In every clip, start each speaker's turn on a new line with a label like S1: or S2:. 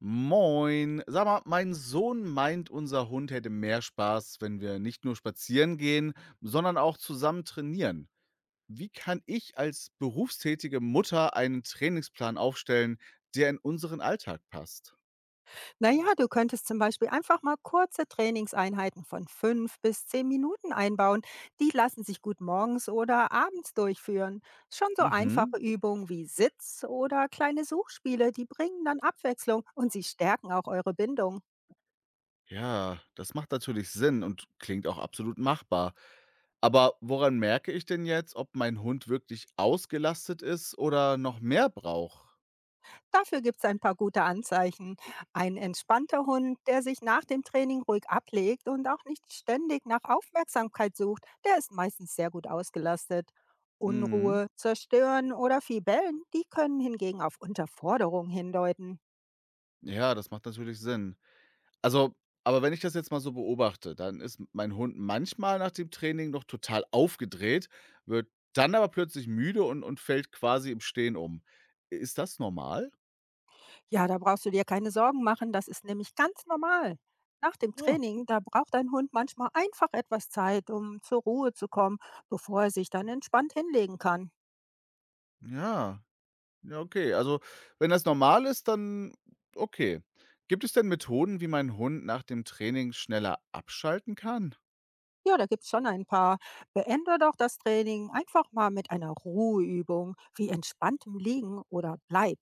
S1: Moin. Sag mal, mein Sohn meint, unser Hund hätte mehr Spaß, wenn wir nicht nur spazieren gehen, sondern auch zusammen trainieren. Wie kann ich als berufstätige Mutter einen Trainingsplan aufstellen, der in unseren Alltag passt?
S2: Na ja, du könntest zum Beispiel einfach mal kurze Trainingseinheiten von 5 bis 10 Minuten einbauen. Die lassen sich gut morgens oder abends durchführen. Schon so einfache
S1: Mhm.
S2: Übungen wie Sitz oder kleine Suchspiele, die bringen dann Abwechslung und sie stärken auch eure Bindung.
S1: Ja, das macht natürlich Sinn und klingt auch absolut machbar. Aber woran merke ich denn jetzt, ob mein Hund wirklich ausgelastet ist oder noch mehr braucht?
S2: Dafür gibt's ein paar gute Anzeichen. Ein entspannter Hund, der sich nach dem Training ruhig ablegt und auch nicht ständig nach Aufmerksamkeit sucht, der ist meistens sehr gut ausgelastet.
S1: Mhm.
S2: Unruhe, Zerstören oder viel Bellen, die können hingegen auf Unterforderung hindeuten.
S1: Ja, das macht natürlich Sinn. Also, aber wenn ich das jetzt mal so beobachte, dann ist mein Hund manchmal nach dem Training noch total aufgedreht, wird dann aber plötzlich müde und fällt quasi im Stehen um. Ist das normal?
S2: Ja, da brauchst du dir keine Sorgen machen, das ist nämlich ganz normal. Nach dem
S1: Ah,
S2: Training, da braucht ein Hund manchmal einfach etwas Zeit, um zur Ruhe zu kommen, bevor er sich dann entspannt hinlegen kann.
S1: ja. Ja, okay. Also, wenn das normal ist, dann okay. Gibt es denn Methoden, wie mein Hund nach dem Training schneller abschalten kann?
S2: Ja, da gibt's schon ein paar. Beende doch das Training einfach mal mit einer Ruheübung wie entspanntem Liegen oder Bleib.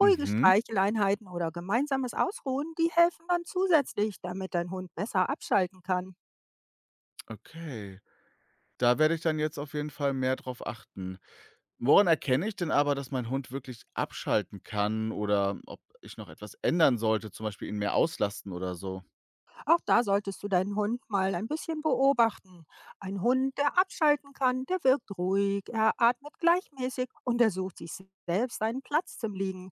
S2: Ruhige Streicheleinheiten oder gemeinsames Ausruhen, die helfen dann zusätzlich, damit dein Hund besser abschalten kann.
S1: okay. Da werde ich dann jetzt auf jeden Fall mehr drauf achten. Woran erkenne ich denn aber, dass mein Hund wirklich abschalten kann oder ob ich noch etwas ändern sollte, zum Beispiel ihn mehr auslasten oder so?
S2: Auch da solltest du deinen Hund mal ein bisschen beobachten. Ein Hund, der abschalten kann, der wirkt ruhig, er atmet gleichmäßig und er sucht sich selbst einen Platz zum Liegen.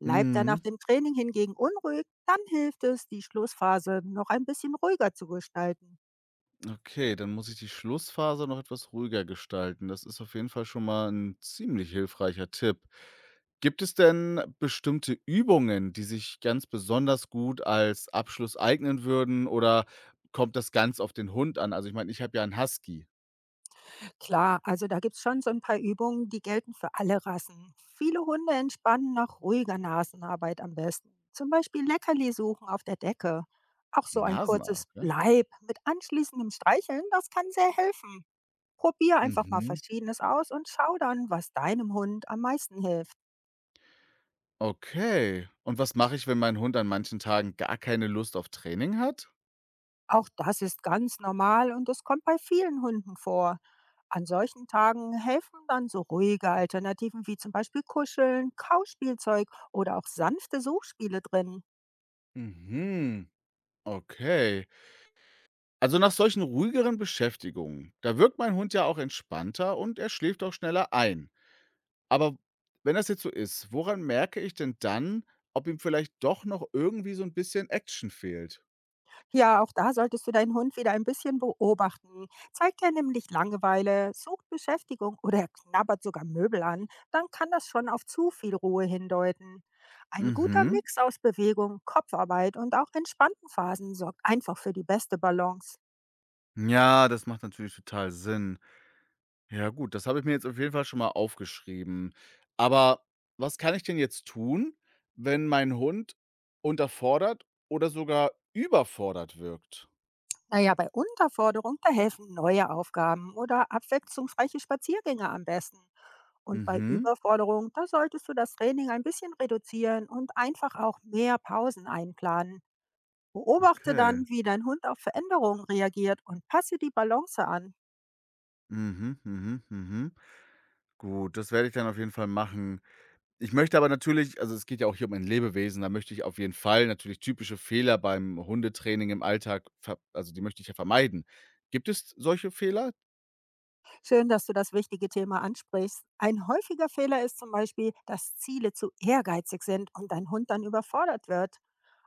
S2: Bleibt er nach
S1: Mhm.
S2: dem Training hingegen unruhig, dann hilft es, die Schlussphase noch ein bisschen ruhiger zu gestalten.
S1: Okay, dann muss ich die Schlussphase noch etwas ruhiger gestalten. Das ist auf jeden Fall schon mal ein ziemlich hilfreicher Tipp. Gibt es denn bestimmte Übungen, die sich ganz besonders gut als Abschluss eignen würden oder kommt das ganz auf den Hund an? Also, ich meine, ich habe ja einen Husky.
S2: Klar, also da gibt es schon so ein paar Übungen, die gelten für alle Rassen. Viele Hunde entspannen nach ruhiger Nasenarbeit am besten. Zum Beispiel Leckerli suchen auf der Decke. Auch so
S1: 'N
S2: ein
S1: Ah,
S2: kurzes
S1: okay.
S2: Bleib mit anschließendem Streicheln, das kann sehr helfen. Probier einfach mal
S1: Mhm.
S2: Verschiedenes aus und schau dann, was deinem Hund am meisten hilft.
S1: Okay. Und was mache ich, wenn mein Hund an manchen Tagen gar keine Lust auf Training hat?
S2: Auch das ist ganz normal und es kommt bei vielen Hunden vor. An solchen Tagen helfen dann so ruhige Alternativen wie zum Beispiel Kuscheln, Kauspielzeug oder auch sanfte Suchspiele drin.
S1: Mhm. Okay. Also nach solchen ruhigeren Beschäftigungen, da wirkt mein Hund ja auch entspannter und er schläft auch schneller ein. Aber wenn das jetzt so ist, woran merke ich denn dann, ob ihm vielleicht doch noch irgendwie so ein bisschen Action fehlt?
S2: Ja, auch da solltest du deinen Hund wieder ein bisschen beobachten. Zeigt er nämlich Langeweile, sucht Beschäftigung oder er knabbert sogar Möbel an, dann kann das schon auf zu viel Ruhe hindeuten. Ein guter
S1: Mhm.
S2: Mix aus Bewegung, Kopfarbeit und auch entspannten Phasen sorgt einfach für die beste Balance.
S1: Ja, das macht natürlich total Sinn. Ja gut, das habe ich mir jetzt auf jeden Fall schon mal aufgeschrieben. Aber was kann ich denn jetzt tun, wenn mein Hund unterfordert oder sogar überfordert wirkt?
S2: Naja, bei Unterforderung, da helfen neue Aufgaben oder abwechslungsreiche Spaziergänge am besten. Und bei
S1: Mhm,
S2: Überforderung, da solltest du das Training ein bisschen reduzieren und einfach auch mehr Pausen einplanen. Beobachte
S1: okay.
S2: dann, wie dein Hund auf Veränderungen reagiert und passe die Balance an.
S1: Mhm, mhm, mhm. Gut, das werde ich dann auf jeden Fall machen. Ich möchte aber natürlich, also es geht ja auch hier um ein Lebewesen, da möchte ich auf jeden Fall natürlich typische Fehler beim Hundetraining im Alltag, ver also die möchte ich ja vermeiden. Gibt es solche Fehler?
S2: Schön, dass du das wichtige Thema ansprichst. Ein häufiger Fehler ist zum Beispiel, dass Ziele zu ehrgeizig sind und dein Hund dann überfordert wird.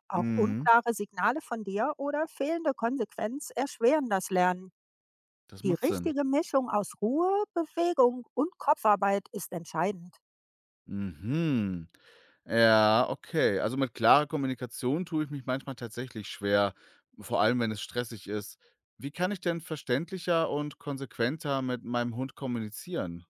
S2: Auch
S1: Mhm,
S2: unklare Signale von dir oder fehlende Konsequenz erschweren das Lernen.
S1: das
S2: Die
S1: macht Sinn.
S2: richtige Mischung aus Ruhe, Bewegung und Kopfarbeit ist entscheidend.
S1: Mhm. Ja, okay. Also mit klarer Kommunikation tue ich mich manchmal tatsächlich schwer, vor allem wenn es stressig ist. Wie kann ich denn verständlicher und konsequenter mit meinem Hund kommunizieren?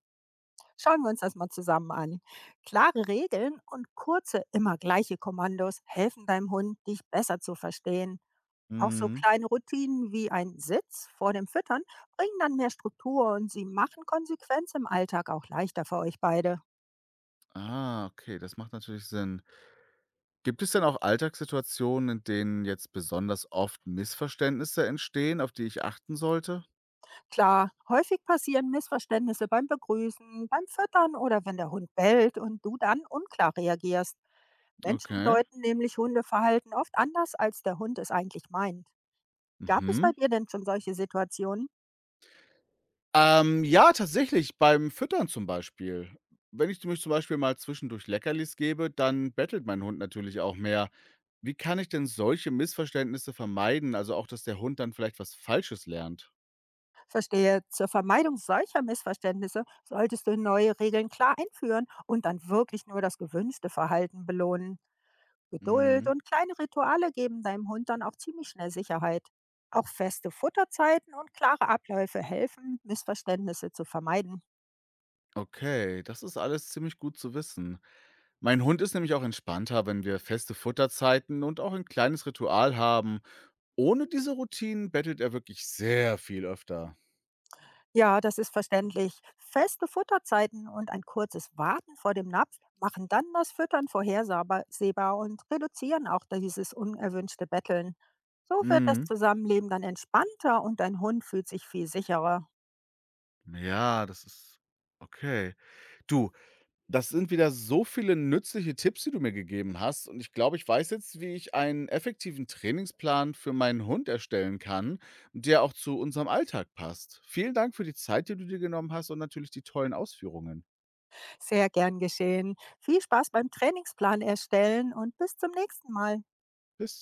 S2: Schauen wir uns das mal zusammen an. Klare Regeln und kurze, immer gleiche Kommandos helfen deinem Hund, dich besser zu verstehen. Auch so
S1: Mhm.
S2: kleine Routinen wie ein Sitz vor dem Füttern bringen dann mehr Struktur und sie machen Konsequenz im Alltag auch leichter für euch beide.
S1: Ah, okay, das macht natürlich Sinn. Gibt es denn auch Alltagssituationen, in denen jetzt besonders oft Missverständnisse entstehen, auf die ich achten sollte?
S2: Klar, häufig passieren Missverständnisse beim Begrüßen, beim Füttern oder wenn der Hund bellt und du dann unklar reagierst. Menschen
S1: Okay.
S2: deuten nämlich Hundeverhalten oft anders, als der Hund es eigentlich meint. Gab es bei
S1: Mhm.
S2: dir denn schon solche Situationen?
S1: Ja, tatsächlich, beim Füttern zum Beispiel. Wenn ich mich zum Beispiel mal zwischendurch Leckerlis gebe, dann bettelt mein Hund natürlich auch mehr. Wie kann ich denn solche Missverständnisse vermeiden? Also auch, dass der Hund dann vielleicht was Falsches lernt?
S2: Verstehe, zur Vermeidung solcher Missverständnisse solltest du neue Regeln klar einführen und dann wirklich nur das gewünschte Verhalten belohnen. Geduld
S1: Mhm.
S2: und kleine Rituale geben deinem Hund dann auch ziemlich schnell Sicherheit. Auch feste Futterzeiten und klare Abläufe helfen, Missverständnisse zu vermeiden.
S1: Okay, das ist alles ziemlich gut zu wissen. Mein Hund ist nämlich auch entspannter, wenn wir feste Futterzeiten und auch ein kleines Ritual haben. Ohne diese Routinen bettelt er wirklich sehr viel öfter.
S2: Ja, das ist verständlich. Feste Futterzeiten und ein kurzes Warten vor dem Napf machen dann das Füttern vorhersehbar und reduzieren auch dieses unerwünschte Betteln. So wird das
S1: Mhm.
S2: Zusammenleben dann entspannter und dein Hund fühlt sich viel sicherer.
S1: Ja, das ist okay. Du, das sind wieder so viele nützliche Tipps, die du mir gegeben hast. Und ich glaube, ich weiß jetzt, wie ich einen effektiven Trainingsplan für meinen Hund erstellen kann, der auch zu unserem Alltag passt. Vielen Dank für die Zeit, die du dir genommen hast und natürlich die tollen Ausführungen.
S2: Sehr gern geschehen. Viel Spaß beim Trainingsplan erstellen und bis zum nächsten Mal.
S1: Bis